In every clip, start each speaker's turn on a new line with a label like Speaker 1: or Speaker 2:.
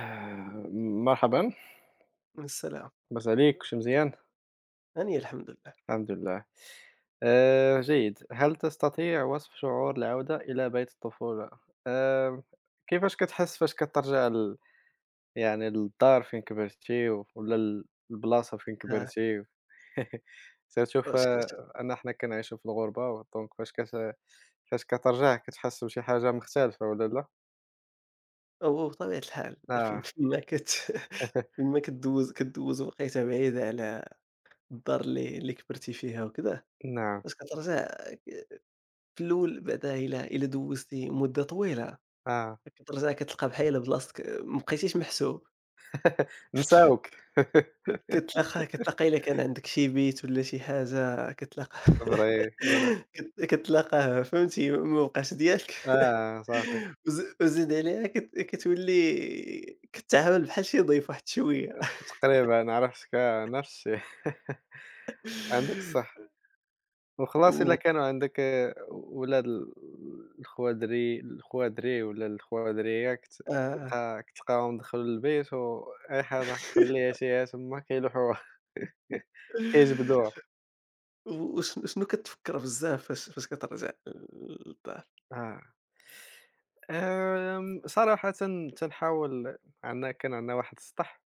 Speaker 1: آه، مرحبا،
Speaker 2: السلام،
Speaker 1: مساء عليك، كلشي مزيان؟
Speaker 2: أني الحمد لله،
Speaker 1: الحمد لله. جيد، هل تستطيع وصف شعور العودة إلى بيت الطفولة؟ آآ كيفاش كتحس فاش كترجع يعني للدار فين كبرتِ، والّا البلاصة فين
Speaker 2: آه،
Speaker 1: كبرتِ؟ surtout
Speaker 2: وش ش
Speaker 1: أن، حنا كنعيشوا في الغربة، و دونك فاش كترجع كتحس بشي حاجة مختلفة والّا لأ؟
Speaker 2: هو بطبيعة الحال فين
Speaker 1: آه.
Speaker 2: فين ما كت فين ما كدوّز وقيتة بعيدة على الدار اللي كبرتي فيها وكذا،
Speaker 1: نعم،
Speaker 2: فاش كترجع ك في الأول بعدا إلا دوّزتي مدة طويلة،
Speaker 1: آه.
Speaker 2: كترجع كتلقى بحال بلاصتك ما بقيتيش محسوب.
Speaker 1: نساوك.
Speaker 2: كتلاقى إلا كان عندك شي بيت ولا شي حاجة كتلاقى
Speaker 1: فري، فري.
Speaker 2: كتلاقاه فهمتي ما بقاش ديالك
Speaker 1: آه، صافي،
Speaker 2: وزيد عليها كتولي كتعامل بحال شي ضيف واحد شوية
Speaker 1: تقريبًا عرفتك، آه، نفس الشيء. عندك الصح، وخلاص إلا
Speaker 2: و
Speaker 1: كانوا عندك، آه، ولاد الخوادري، ولا الخوادرية،
Speaker 2: آه.
Speaker 1: كتلقاهم دخلوا للبيت وأي حاجة خليها شيها تما كيلوحوها، كيجبدوها.
Speaker 2: و وشن شنو كتفكر بزاف فاش كترجع للدار؟
Speaker 1: آه. صراحةً تنحاول، عندنا كان عندنا واحد السطح،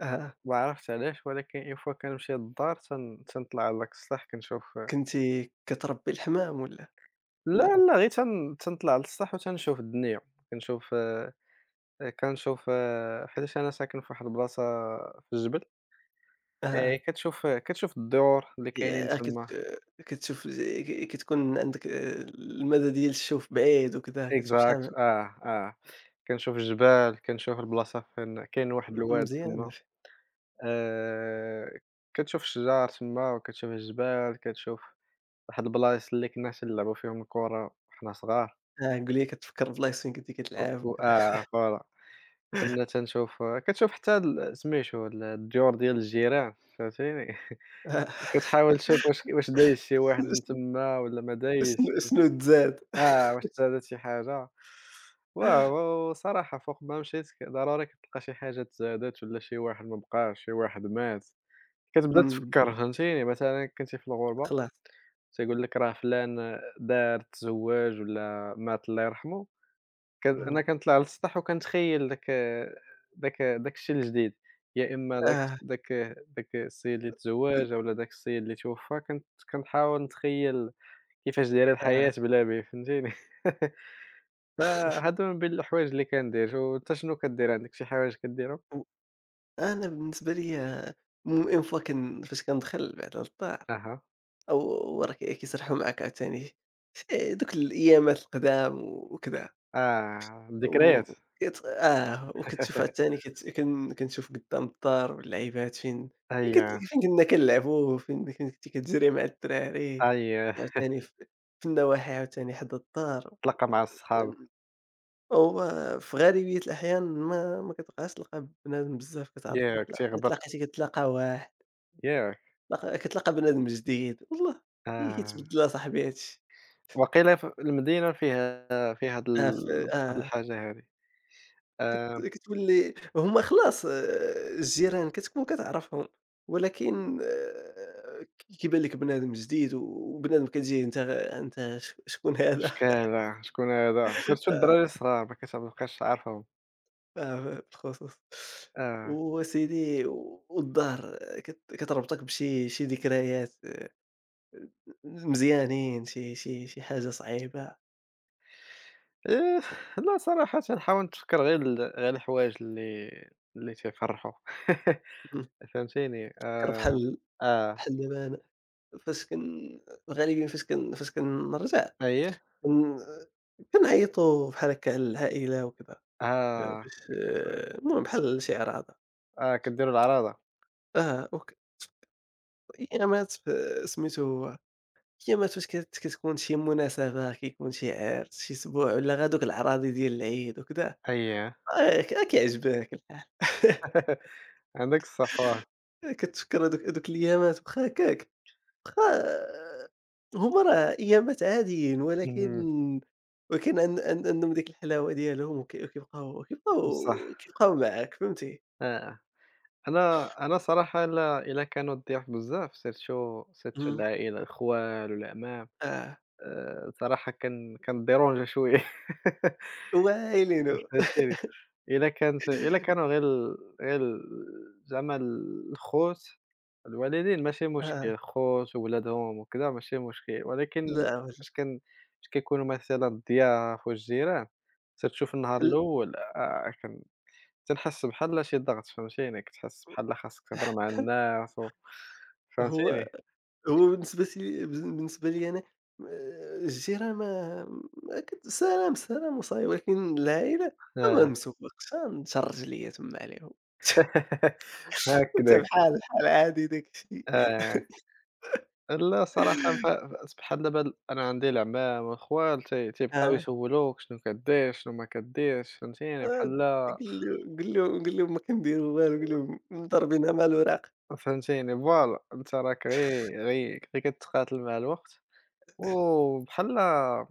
Speaker 2: أها،
Speaker 1: ما عرفتش علاش، ولكن une fois كنمشي للدار تنطلع على داك السطح كنشوف.
Speaker 2: كنتِ كتربي الحمام والّا؟ لأ؟
Speaker 1: لا، لا، غير تنطلع للسطح وتنشوف الدنيا، كنشوف، كنشوف، حيتاش أنا ساكن في واحد البلاصة في الجبل.
Speaker 2: أها.
Speaker 1: كتشوف الديور اللي كاينين
Speaker 2: ياه! كت
Speaker 1: تما.
Speaker 2: كتشوف ز ك كتكون عندك المدى ديال الشوف بعيد وكذا، كتشوف شحال
Speaker 1: exact،
Speaker 2: من-
Speaker 1: آه، آه، كنشوف الجبال، كنشوف البلاصة فين كاين واحد الواد
Speaker 2: مزيان يا
Speaker 1: تما.
Speaker 2: أخي.
Speaker 1: آآ، كتشوف الشجار تما وكتشوف الجبال، كتشوف واحد البلايص اللي كنا تنلعبوا فيهم الكورة وحنا صغار.
Speaker 2: آه قُل لي كتفكّر بلايص فين كنتي
Speaker 1: و
Speaker 2: كتلعب
Speaker 1: و
Speaker 2: وكذا.
Speaker 1: آه، فوالا. كنا تنشوف كتشوف حتى سميتو، الديور ديال الجيران فهمتيني.
Speaker 2: آه
Speaker 1: كتحاول تشوف، واش دايز شي واحد من
Speaker 2: شن
Speaker 1: تما والّا ما
Speaker 2: شنو
Speaker 1: دايزش،
Speaker 2: شنو تزاد؟
Speaker 1: آه، واش تزادت شي حاجة، واه. وصراحة فوق ما مشيت، ضروري كتلقى شي حاجة تزادت والّا شي واحد ما بقاش، شي واحد مات، كتبدا
Speaker 2: إمم،
Speaker 1: تفكّر، فهمتيني، مثلًا كنتِ في الغربة
Speaker 2: خلاص.
Speaker 1: تيقول لك راه فلان دار، تزوّج والّا مات الله يرحمه. كان
Speaker 2: إمم،
Speaker 1: أنا كنطلع للسطح وكنتخيّل داك، داك الشي الجديد، يا إمّا
Speaker 2: آه،
Speaker 1: داك السيد اللي تزوّج، أولا داك السيد اللي توفّى. كنحاول نتخيّل كيفاش دايرة
Speaker 2: آه.
Speaker 1: الحياة بلا بيه، فهمتيني؟ فهادو من بين الحوايج اللي كندير، وأنت شنو كدير، عندك شي حوايج كديرهم؟
Speaker 2: و أنا بالنسبة ليّا المهم une fois فاش كندخل بعد على الدار،
Speaker 1: أها،
Speaker 2: أو وراه كيسرحوا معاك عاوتاني، دوك الأيامات القدام وكذا.
Speaker 1: آه،
Speaker 2: و
Speaker 1: الذكريات.
Speaker 2: كت آه، وكتشوف عاوتاني كت كن كنشوف قدّام الدار اللعيبات فين فين كت
Speaker 1: أييه،
Speaker 2: فين كنا كنلعبوا، فين كنتِ كتجري مع الدراري،
Speaker 1: أييه،
Speaker 2: عاوتاني في النواحي عاوتاني حدا الدار.
Speaker 1: تلاقى مع الصحاب،
Speaker 2: هو في غالبية الأحيان ما كتبقاش تلقى بنادم بزاف كتعرفو،
Speaker 1: ياك
Speaker 2: إلا
Speaker 1: تيغبر،
Speaker 2: تلاقيتي كتلاقى واحد،
Speaker 1: ياك،
Speaker 2: كتلاقى بنادم جديد، والله هي
Speaker 1: آه،
Speaker 2: كيتبدل أصاحبي هاد الشي.
Speaker 1: وقيلة ف المدينة فيها، هاد
Speaker 2: آه،
Speaker 1: هاد
Speaker 2: آه.
Speaker 1: الحاجة هادي. آآ
Speaker 2: كتولي هُم خلاص آه، الجيران كتكون كتعرفهم، ولكن آه، كيبان لك بنادم جديد و- وبنادم كتجيه أنت غ- أنت شكون هذا؟
Speaker 1: شكون هادا، شكون هادا، سيرتو
Speaker 2: آه،
Speaker 1: الدراري الصغار ما كتبقاش عارفهم.
Speaker 2: آه، بالخصوص.
Speaker 1: آه.
Speaker 2: وأسيدي والدار كتربطك بشي ذكريات مزيانين، شي حاجة صعيبة.
Speaker 1: إيه، لأ صراحة تنحاول نتفكّر غير غير الحوايج اللي تيفرحوا.
Speaker 2: اهم،
Speaker 1: فهمتيني؟
Speaker 2: كان بحال
Speaker 1: آه.
Speaker 2: بحال دابا أنا فاش كن غالبًا فاش كنرجع
Speaker 1: أييه.
Speaker 2: كن كنعيطوا بحال هكا على العائلة وكذا.
Speaker 1: آه.
Speaker 2: باش
Speaker 1: كت
Speaker 2: المهم بحال الشعر هذا.
Speaker 1: آه، كديروا العراضة.
Speaker 2: آه، أيامات سميتو هو أيامات فاش كتكون شي مناسبة، كيكون شي عرس، شي سبوع والّا غير هادوك الأعراضي ديال العيد وكذا،
Speaker 1: أييه.
Speaker 2: آه، ك آه كيعجبك الحال.
Speaker 1: عندك الصح، واه.
Speaker 2: كتفكر هادوك الأيامات واخا هكاك، واخا هما راه أيامات عاديين ولكن
Speaker 1: اهم.
Speaker 2: ولكن عن عن عندهم ديك الحلاوة ديالهم وكيبقاو كيبقاو
Speaker 1: بصح.
Speaker 2: كيبقاو معاك فهمتي؟
Speaker 1: آه. أنا أنا صراحة إلا كانوا الضياف بزاف، سيرتو
Speaker 2: إمم.
Speaker 1: العائلة، الخوال والأعمام.
Speaker 2: آه،
Speaker 1: صراحة كان ديرونجا شوية.
Speaker 2: وهايلين هو.
Speaker 1: فهمتيني، إلا كانوا غير غير زعما الخوت، الوالدين ماشي
Speaker 2: آه.
Speaker 1: مشكل، خوت وولادهم وكذا ماشي مشكل، ولكن
Speaker 2: لا أقول لك
Speaker 1: فاش كان فاش كيكونوا مثلًا الضياف والجيران، تتشوف النهار
Speaker 2: ال
Speaker 1: الأول، كان تنحس بحال شي ضغط، فهمتيني، كتحس بحال خاصك تهضر مع الناس و،
Speaker 2: هو
Speaker 1: فهمتيني؟
Speaker 2: هو بالنسبة لي بالنسبة لي أنا الجيران ما ما كت سلام، سلام وصاي، ولكن العائلة ما
Speaker 1: آه.
Speaker 2: منسوقش نشرج ليا تما عليهم، أنت
Speaker 1: هكذاك.
Speaker 2: بحال عادي داك الشيء
Speaker 1: آه. لا صراحة، ف ف سبحان الله، بل أنا عندي العمام والخوال تيبقاو
Speaker 2: آه،
Speaker 1: يسولوك شنو كدير، شنو ما كديرش، فهمتيني،
Speaker 2: آه،
Speaker 1: بحال.
Speaker 2: قل لهم ما كنديروا والو، قل لهم مضربينها مع الوراق
Speaker 1: فهمتيني، فوالا، أنت راك غي كتقاتل مع الوقت، وبحال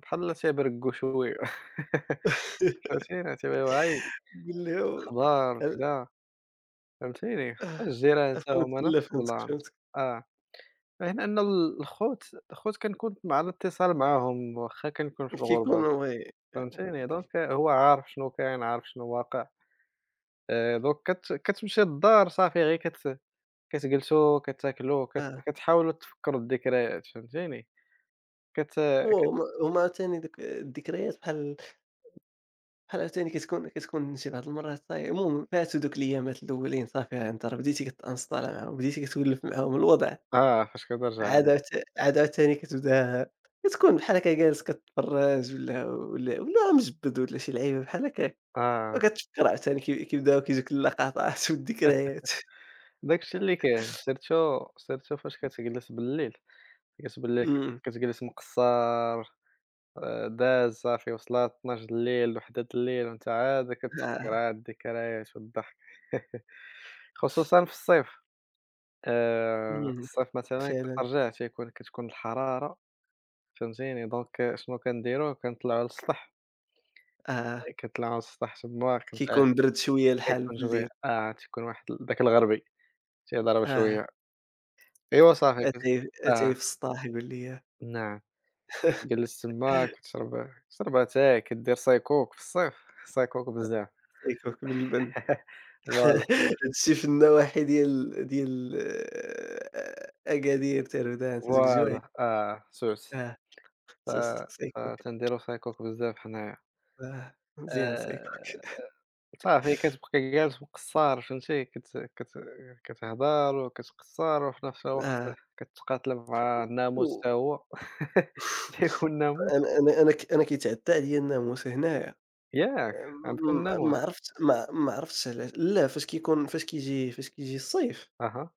Speaker 1: بحال تيبرقّوا شوية. فهمتيني، تيبقاو "هاي
Speaker 2: قل له
Speaker 1: أخبار؟"
Speaker 2: ال
Speaker 1: وكذا، فهمتيني، حتى الجيران حتى هُما
Speaker 2: فهمتك
Speaker 1: نفس
Speaker 2: لا فهمتك،
Speaker 1: البلان.
Speaker 2: فهمتك
Speaker 1: آه، غير أن الخوت كنكون مع الاتصال معاهم واخا كنكون في الغربة.
Speaker 2: كيكونوا وي آه،
Speaker 1: فهمتيني؟
Speaker 2: كي-
Speaker 1: دونك هو عارف شنو كاين، عارف شنو واقع. دوك كتمشي للدار صافي غير كتجلسوا، كتاكلوا،
Speaker 2: آه،
Speaker 1: كتحاولوا تفكروا الذكريات، فهمتيني؟ كت كت
Speaker 2: هما تاني دوك الذكريات بحال بحال عاوتاني كتكون شي بعض المرات صاي المهم فاتو دوك الأيامات الأولين صافي ها أنت راه بديتي كتأنسطالا معاهم، بديتي كتولف معاهم الوضع،
Speaker 1: آه، فاش كترجع،
Speaker 2: عاد عاوت عاد عاوتاني كتكون بحال هكا جالس كتفرّج ولا مجبّد ولا شي لعيبة بحال هكاك،
Speaker 1: آه،
Speaker 2: وكتفكر عاوتاني كيبداو كيجيوك اللقطات والذكريات.
Speaker 1: داك الشيء اللي كاين سيرتو، فاش كتجلس بالليل، كتجلس بالليل كت
Speaker 2: إمم.
Speaker 1: كتجلس مقصّر. داز صافي وصلات 00:00 01:00، وأنت عاد كتفكر
Speaker 2: آه.
Speaker 1: عاد الذكريات والضحك. خصوصًا في الصيف.
Speaker 2: إمم.
Speaker 1: الصيف مثلًا
Speaker 2: فعلًا.
Speaker 1: كترجع، كتكون الحرارة، فهمتيني، دونك شنو كنديرو، كنطلعو للسطح.
Speaker 2: آه.
Speaker 1: كنطلعو للسطح تما، آه،
Speaker 2: كيكون برد شوية الحال
Speaker 1: كيكون جوي،
Speaker 2: بالليل.
Speaker 1: آه، تيكون واحد داك الغربي تيضرب
Speaker 2: آه.
Speaker 1: شوية. إيوا صافي،
Speaker 2: أتاي
Speaker 1: آه،
Speaker 2: في السطاح يقول لي
Speaker 1: نعم، كتجلس تما، كتشرب اتاي، كدير سايكوك في الصيف، سايكوك بزاف.
Speaker 2: صيفوك باللبن.
Speaker 1: فوالا.
Speaker 2: هادشي في النواحي ديال آه، أكادير، تردان، تزكجوع،
Speaker 1: فوالا، آه، سوس.
Speaker 2: آه،
Speaker 1: ف
Speaker 2: سوست، صيكوك،
Speaker 1: فتنديرو سايكوك بزاف حنايا.
Speaker 2: آه، مزيان صيكوك،
Speaker 1: آآ صافي كتبقى جالس مقصّر، فهمتي، كت كت كتهضر وكتقصّر، وفي نفس الوقت
Speaker 2: آه،
Speaker 1: كتقاتل مع الناموس
Speaker 2: و
Speaker 1: حتى هو. تيكون الناموس،
Speaker 2: أنا كيتعدى عليَّ الناموس هنايا،
Speaker 1: ياك،
Speaker 2: آه،
Speaker 1: عندكم الناموس؟
Speaker 2: ما عرفتش ما عرفتش علاش لا فاش كيجي الصيف
Speaker 1: أها.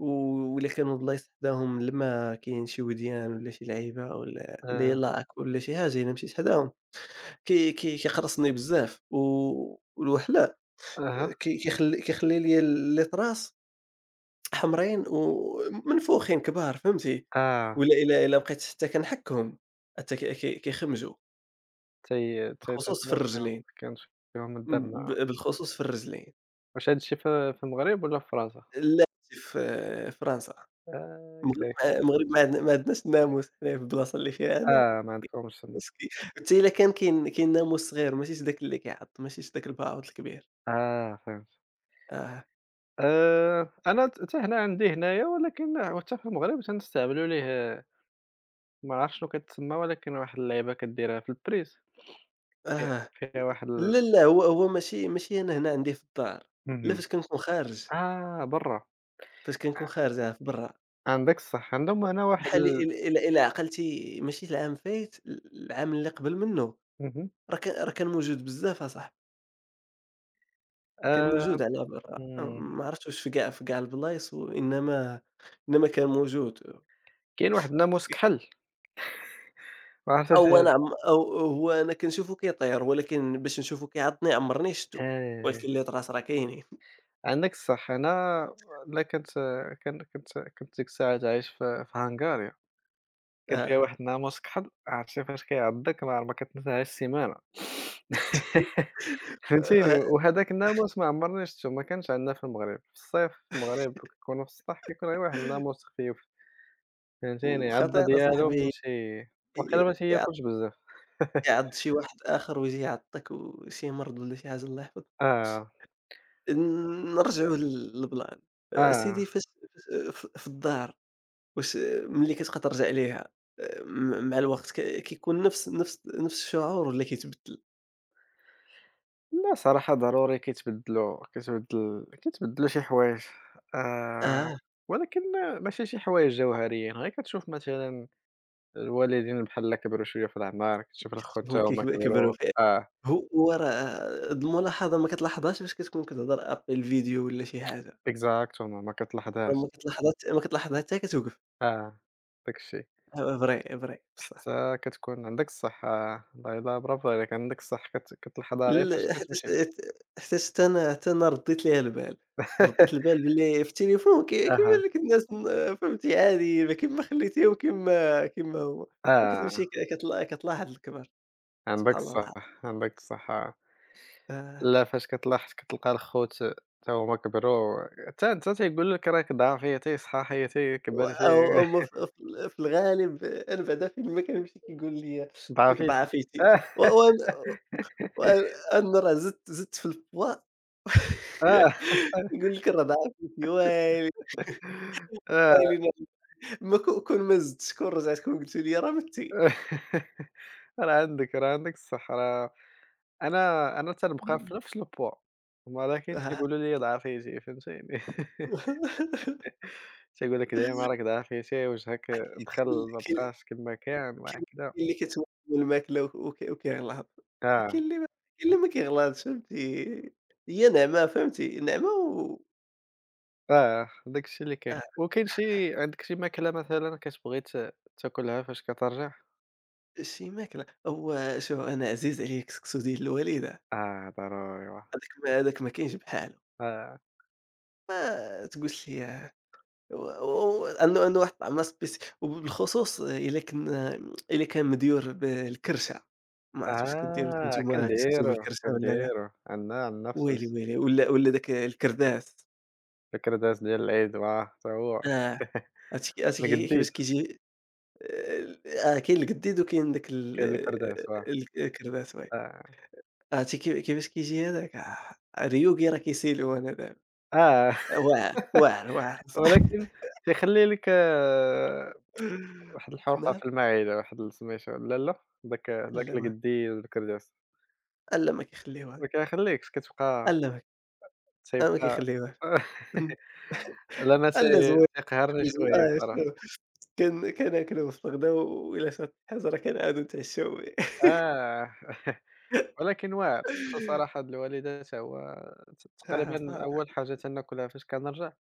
Speaker 2: وإلا كانوا بلايص حداهم الماء كاين شي وديان ولا شي لعيبة ولا
Speaker 1: آآ،
Speaker 2: لاك ولا شي حاجة إلا مشيت حداهم كي كي كيقرصني بزاف والوحلة
Speaker 1: أها،
Speaker 2: كيخلي لي الأطراس حمرين ومنفوخين كبار فهمتي،
Speaker 1: آه،
Speaker 2: ولا إلا بقيت حتى كنحكهم حتى كي كي كيخمجوا
Speaker 1: تي تي
Speaker 2: بالخصوص في
Speaker 1: تتناض فيهم،
Speaker 2: الرجلين،
Speaker 1: كاين فيهم الدم.
Speaker 2: م- ب بالخصوص في الرجلين،
Speaker 1: واش هاد الشي في المغرب والّا في فرنسا؟
Speaker 2: لا في فرنسا،
Speaker 1: كذلك،
Speaker 2: المغرب ما عندنا ما عندناش الناموس حنايا في البلاصة اللي فيها أنا
Speaker 1: آه، ما عندكمش تما،
Speaker 2: مسكين حتى إلا كان كاين ناموس صغير ماشيش داك اللي كيعض، ماشيش داك الباعوض الكبير،
Speaker 1: آه، فهمت،
Speaker 2: آه،
Speaker 1: أنا، حتى هنا عندي هنايا، ولكن حتى في المغرب تنستعملوا ليه، ما عرفتش شنو كتسمى، ولكن واحد اللعيبة كديرها في البريز، فيه
Speaker 2: آه،
Speaker 1: فيها واحد ال.
Speaker 2: لا، لا هو ماشي أنا هنا عندي في الدار، لا
Speaker 1: اهم.
Speaker 2: فاش كنكون خارج.
Speaker 1: آه، برّا،
Speaker 2: فاش كنكون خارجة في برا
Speaker 1: عندك الصح، عندهم هنا واحد
Speaker 2: بحال
Speaker 1: ال.
Speaker 2: إل إل إلا عقلتي ماشي العام فايت العام اللي قبل منه
Speaker 1: اهم.
Speaker 2: راه كان موجود بزاف أصاحبي، كان
Speaker 1: آآ
Speaker 2: موجود على برا
Speaker 1: إمم،
Speaker 2: ما عرفتش واش في كاع البلايص إنما كان موجود
Speaker 1: كاين واحد الناموس كحل، ما عرفتش.
Speaker 2: أو أنا
Speaker 1: هاد،
Speaker 2: عم أو هو أنا كنشوفه كيطير ولكن باش نشوفه كيعضني عمرني شفتو،
Speaker 1: آه،
Speaker 2: ولكن اللي طراس راه كاينين
Speaker 1: عندك الصح، أنا، لا كنت كنت ديك الساعات عايش في هنغاريا. كان فيها
Speaker 2: آه،
Speaker 1: واحد النهار موسك حظ، عرفتي فاش كيعضك ما كتنساهاش سيمانة. فهمتيني،
Speaker 2: آه،
Speaker 1: وهذاك الناموس ما عمرني شفتو، ما كانش عندنا في المغرب، في الصيف في المغرب كنكونوا في السطح كيكون غير واحد الناموس خفيف، فهمتيني، عضة
Speaker 2: وخطير
Speaker 1: ديالو
Speaker 2: أصاحبي
Speaker 1: ماشي،
Speaker 2: ي
Speaker 1: واقيلا ما
Speaker 2: يعض
Speaker 1: تياكلش بزاف.
Speaker 2: يعض شي واحد آخر ويجي يعضك وشي مرض والّا شي حاجة الله يحفظك.
Speaker 1: آه،
Speaker 2: نرجعوا للبلان،
Speaker 1: آه،
Speaker 2: أسيدي فاش ف في الدار واش أه، ملي كتبقى ترجع ليها أه، مع الوقت كيكون نفس الشعور والّا كيتبدل؟
Speaker 1: لا صراحة ضروري كيتبدلوا، كتبدل كيتبدلوا شي حوايج، آآ،
Speaker 2: آه،
Speaker 1: ولكن ماشي شي حوايج جوهريين، غير كتشوف مثلًا الوالدين بحال لا كبروا شوية في الأعمار، كتشوف الخوت
Speaker 2: كتشوفهم
Speaker 1: تا هُما
Speaker 2: كبروا
Speaker 1: كبروا،
Speaker 2: فعلًا،
Speaker 1: آه،
Speaker 2: هو هو راه هاد الملاحظة ما كتلاحظهاش فاش كتكون كتهضر ابخي الفيديو والّا شي حاجة،
Speaker 1: إكزاكتومون ما
Speaker 2: راه
Speaker 1: كتلاحظهاش،
Speaker 2: ما كتلاحظها حتى كتوقف،
Speaker 1: آه، داك الشيء،
Speaker 2: آه فري، فري بصح.
Speaker 1: حتى كتكون عندك الصح، آه، الله يلاه، برافو عليك، عندك الصح، كتلاحظها غير فاش
Speaker 2: ال حيتاش
Speaker 1: كتمشي.
Speaker 2: حيتاش حتى أنا حتى أنا رديت ليها البال، رديت البال باللي في التليفون
Speaker 1: أها،
Speaker 2: كيبان لك الناس فهمتي عاديين كيما خليتيهم كيما هو،
Speaker 1: آه،
Speaker 2: وكتمشي ك كتلا كتلاحظ الكبر
Speaker 1: عندك
Speaker 2: سبحان الله العظيم.
Speaker 1: الصح، عندك الصح، آه،
Speaker 2: آه،
Speaker 1: لا فاش كتلاحظ كتلقى الخوت تا هُما كبروا، حتى أنت تيقول لك راك ضعفيتي، صحاحيتي،
Speaker 2: و
Speaker 1: كبرتي.
Speaker 2: هُما ف في في الغالب أنا بعدا فين ما كنمشي كيقول لي راكِ
Speaker 1: ضعفيتي،
Speaker 2: ضعفيتي
Speaker 1: آه.
Speaker 2: وأنا وأنا راه زدت في الpoids
Speaker 1: آه.
Speaker 2: يقول لك راه ضعفيتي ويلي
Speaker 1: آه.
Speaker 2: ويلي ما ك كون ما زدتش كون رجعت كون قلتِ لي راه متّي.
Speaker 1: راه عندِك، الصح، راه أنا تنبقى
Speaker 2: إمم.
Speaker 1: في نفس الpoids، ولكن تيقولوا لي ضعفيتي، فهمتيني؟
Speaker 2: كل
Speaker 1: تيقول لك دايمًا راك ضعفيتي، وجهك دخل،
Speaker 2: كل
Speaker 1: ما
Speaker 2: كل
Speaker 1: بقاش كما كان
Speaker 2: كاين
Speaker 1: وهكذا.
Speaker 2: اللي كتولف الماكلة وك وك وكيغلط، كاين
Speaker 1: آه.
Speaker 2: اللي ما كاين اللي ما كيغلطش فهمتي، هي نعمة فهمتي، نعمة و
Speaker 1: آه، داك الشيء اللي كاين.
Speaker 2: آه،
Speaker 1: وكاين شي، عندك شي ماكلة مثلًا كتبغي تاكلها فاش كترجع؟
Speaker 2: شي ماكلة هو شوف أنا عزيز عليّا الكسكسو ديال الوالدة،
Speaker 1: آه، ضروري، واه.
Speaker 2: هذاك ما كاينش بحالو،
Speaker 1: آه،
Speaker 2: ما تقولش لي و و أنه واحد الطعمة سبيسي وبالخصوص إلا كان مديور بالكرشة، ما عرفت واش كديروا
Speaker 1: آه،
Speaker 2: أنتم كسكسو بالكرشة والّا لا؟
Speaker 1: كنديرو عندنا
Speaker 2: ويلي،
Speaker 1: فسُوس،
Speaker 2: ويلي! ولا داك الكرداس
Speaker 1: الكرداس ديال العيد، واه، حتى هو.
Speaker 2: آه. عرفتي
Speaker 1: من
Speaker 2: كي
Speaker 1: جديد،
Speaker 2: كيفاش كيجي آه كاين القديد وكاين داك ال
Speaker 1: حكى لِك أرداس، آه،
Speaker 2: ال الكرداس وي،
Speaker 1: آه،
Speaker 2: عرفتي كي كيفاش كيجي هذاك آه ريوغي راه كيسيلوه انا دابا
Speaker 1: آه.
Speaker 2: واعر، واعر، واعر صاحبي
Speaker 1: ولكن تيخلّي لِك، آه، واحد الحروقة
Speaker 2: نعم،
Speaker 1: في المعدة، واحد ال سميتو، لا، لا، داك
Speaker 2: لا واعر،
Speaker 1: القديد وداك الأرداس
Speaker 2: لا ما كيخليوهاش،
Speaker 1: ما كيخلّيكش
Speaker 2: لا
Speaker 1: كتبقى،
Speaker 2: ما لا ما
Speaker 1: تيبقى.
Speaker 2: كيخليوهاش، امم،
Speaker 1: لا أنا،
Speaker 2: لا زوين
Speaker 1: تيقهرني
Speaker 2: مزوين
Speaker 1: شوية
Speaker 2: آه شوف
Speaker 1: صراحة.
Speaker 2: كان كناكلوه في الغدا وإلا شرَّت شي حاجة راه كنعاودو نتعشاو به
Speaker 1: آه. ولكن واعر خصو صراحة، هاد الوالدة تا هو،
Speaker 2: آه
Speaker 1: تقريبًا
Speaker 2: صراحة
Speaker 1: أول حاجة تناكلها فاش كنرجع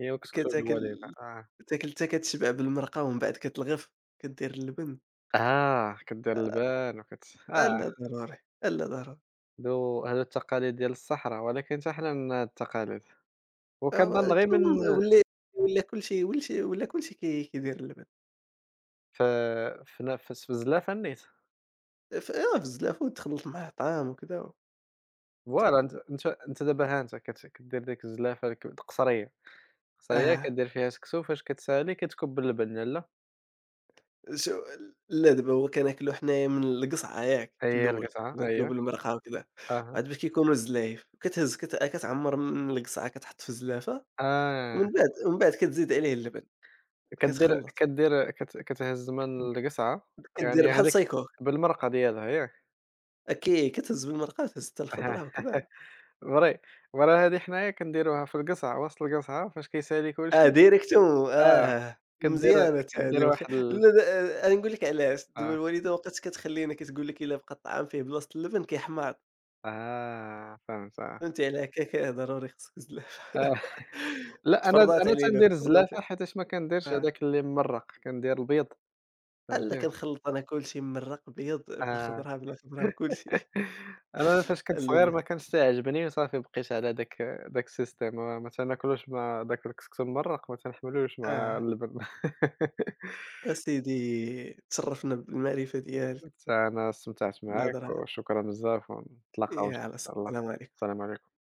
Speaker 1: هي الكسكسو د
Speaker 2: كتاكل
Speaker 1: الوالدة، آه،
Speaker 2: كتاكل حتى كتشبع بالمرقة ومن بعد كتلغف، كدير اللبن،
Speaker 1: آه، كدير اللبان، وكت، آه.
Speaker 2: ألا ضروري، ألا ضروري،
Speaker 1: هادو التقاليد ديال الصحرا، ولكن حتى حنا عندنا هاد التقاليد، وكنظن
Speaker 2: آه
Speaker 1: غير من،
Speaker 2: كنظن ولا ولا كلشي ولشي ولا كلشي كيدير اللبن،
Speaker 1: في، في ن في الزلافة نيت.
Speaker 2: آه في الزلافة وتخلّط معاه طعام وكذا
Speaker 1: فوالا،
Speaker 2: وتاكل،
Speaker 1: أنت، دابا ها أنت كدير ديك الزلافة، القصرية، القصرية
Speaker 2: آه
Speaker 1: كدير فيها سكسو، فاش كتسالي كتكب اللبن يلاه،
Speaker 2: شو ال لا دابا هو كناكلو حنايا من القصعة ياك
Speaker 1: ها
Speaker 2: في
Speaker 1: هي
Speaker 2: الأول،
Speaker 1: القطعة ها
Speaker 2: كناكلو
Speaker 1: هي.
Speaker 2: بالمرقة وكذا،
Speaker 1: أها،
Speaker 2: عاد باش كيكونوا الزلايف كتهز كت كتعمّر من القصعة كتحط في الزلافة،
Speaker 1: آه،
Speaker 2: ومن بعد كتزيد عليه اللبن،
Speaker 1: كدير
Speaker 2: كتخلّط،
Speaker 1: كدير، كتهز من القصعة،
Speaker 2: كدير
Speaker 1: يعني
Speaker 2: بحال
Speaker 1: هاذيك
Speaker 2: سايكور.
Speaker 1: بالمرقة ديالها ياك؟
Speaker 2: أكيد، كتهز بالمرقاة،تهز حتى الخضرة وكذا.
Speaker 1: فري، ورا هادي حنايا كنديروها في القصعة، وسط القصعة فاش كيسالي كلشي.
Speaker 2: آه direct
Speaker 1: آه،
Speaker 2: آه،
Speaker 1: كتدير،
Speaker 2: مزيانة حتى
Speaker 1: كدير
Speaker 2: هذه وخ
Speaker 1: واحد ال.
Speaker 2: لا لا آه، أنا نقول لك علاش، دابا
Speaker 1: آه،
Speaker 2: الوالدة وقت كتخلينا كتقول لك إلا بقى الطعام فيه بلاصة اللبن كيحماض،
Speaker 1: آه، فهمت، آه،
Speaker 2: فهمتي على هكاك ضروري خصك تزلّف.
Speaker 1: آه، لأ، أنا تندير
Speaker 2: تفرّطات
Speaker 1: الزلافة حيتاش ما كنديرش
Speaker 2: آه.
Speaker 1: هذاك اللي ممرّق، كندير البيض،
Speaker 2: آه لا
Speaker 1: فهمتيني.
Speaker 2: كنخلّط أنا كلشي ممرّق بيض
Speaker 1: آه.
Speaker 2: بالخضرة، بلا خضرة، بكلشي.
Speaker 1: أنا فاش
Speaker 2: لا،
Speaker 1: كنت صغير
Speaker 2: لا،
Speaker 1: ما كانش تيعجبني، وصافي بقيت على داك، داك السيستيم، ما تناكلوش مع داك الكسكس الممرّق، ما تنحملوش مع
Speaker 2: آه.
Speaker 1: اللبن.
Speaker 2: أسيدي تشرّفنا بالمعرفة ديالك،
Speaker 1: حتى أنا استمتعت معاك،
Speaker 2: بالهضرة.
Speaker 1: وشكرًا بزاف، ونتلاقاو إن
Speaker 2: يلاه
Speaker 1: شاء الله.
Speaker 2: السلام عليكم.
Speaker 1: السلام عليكم.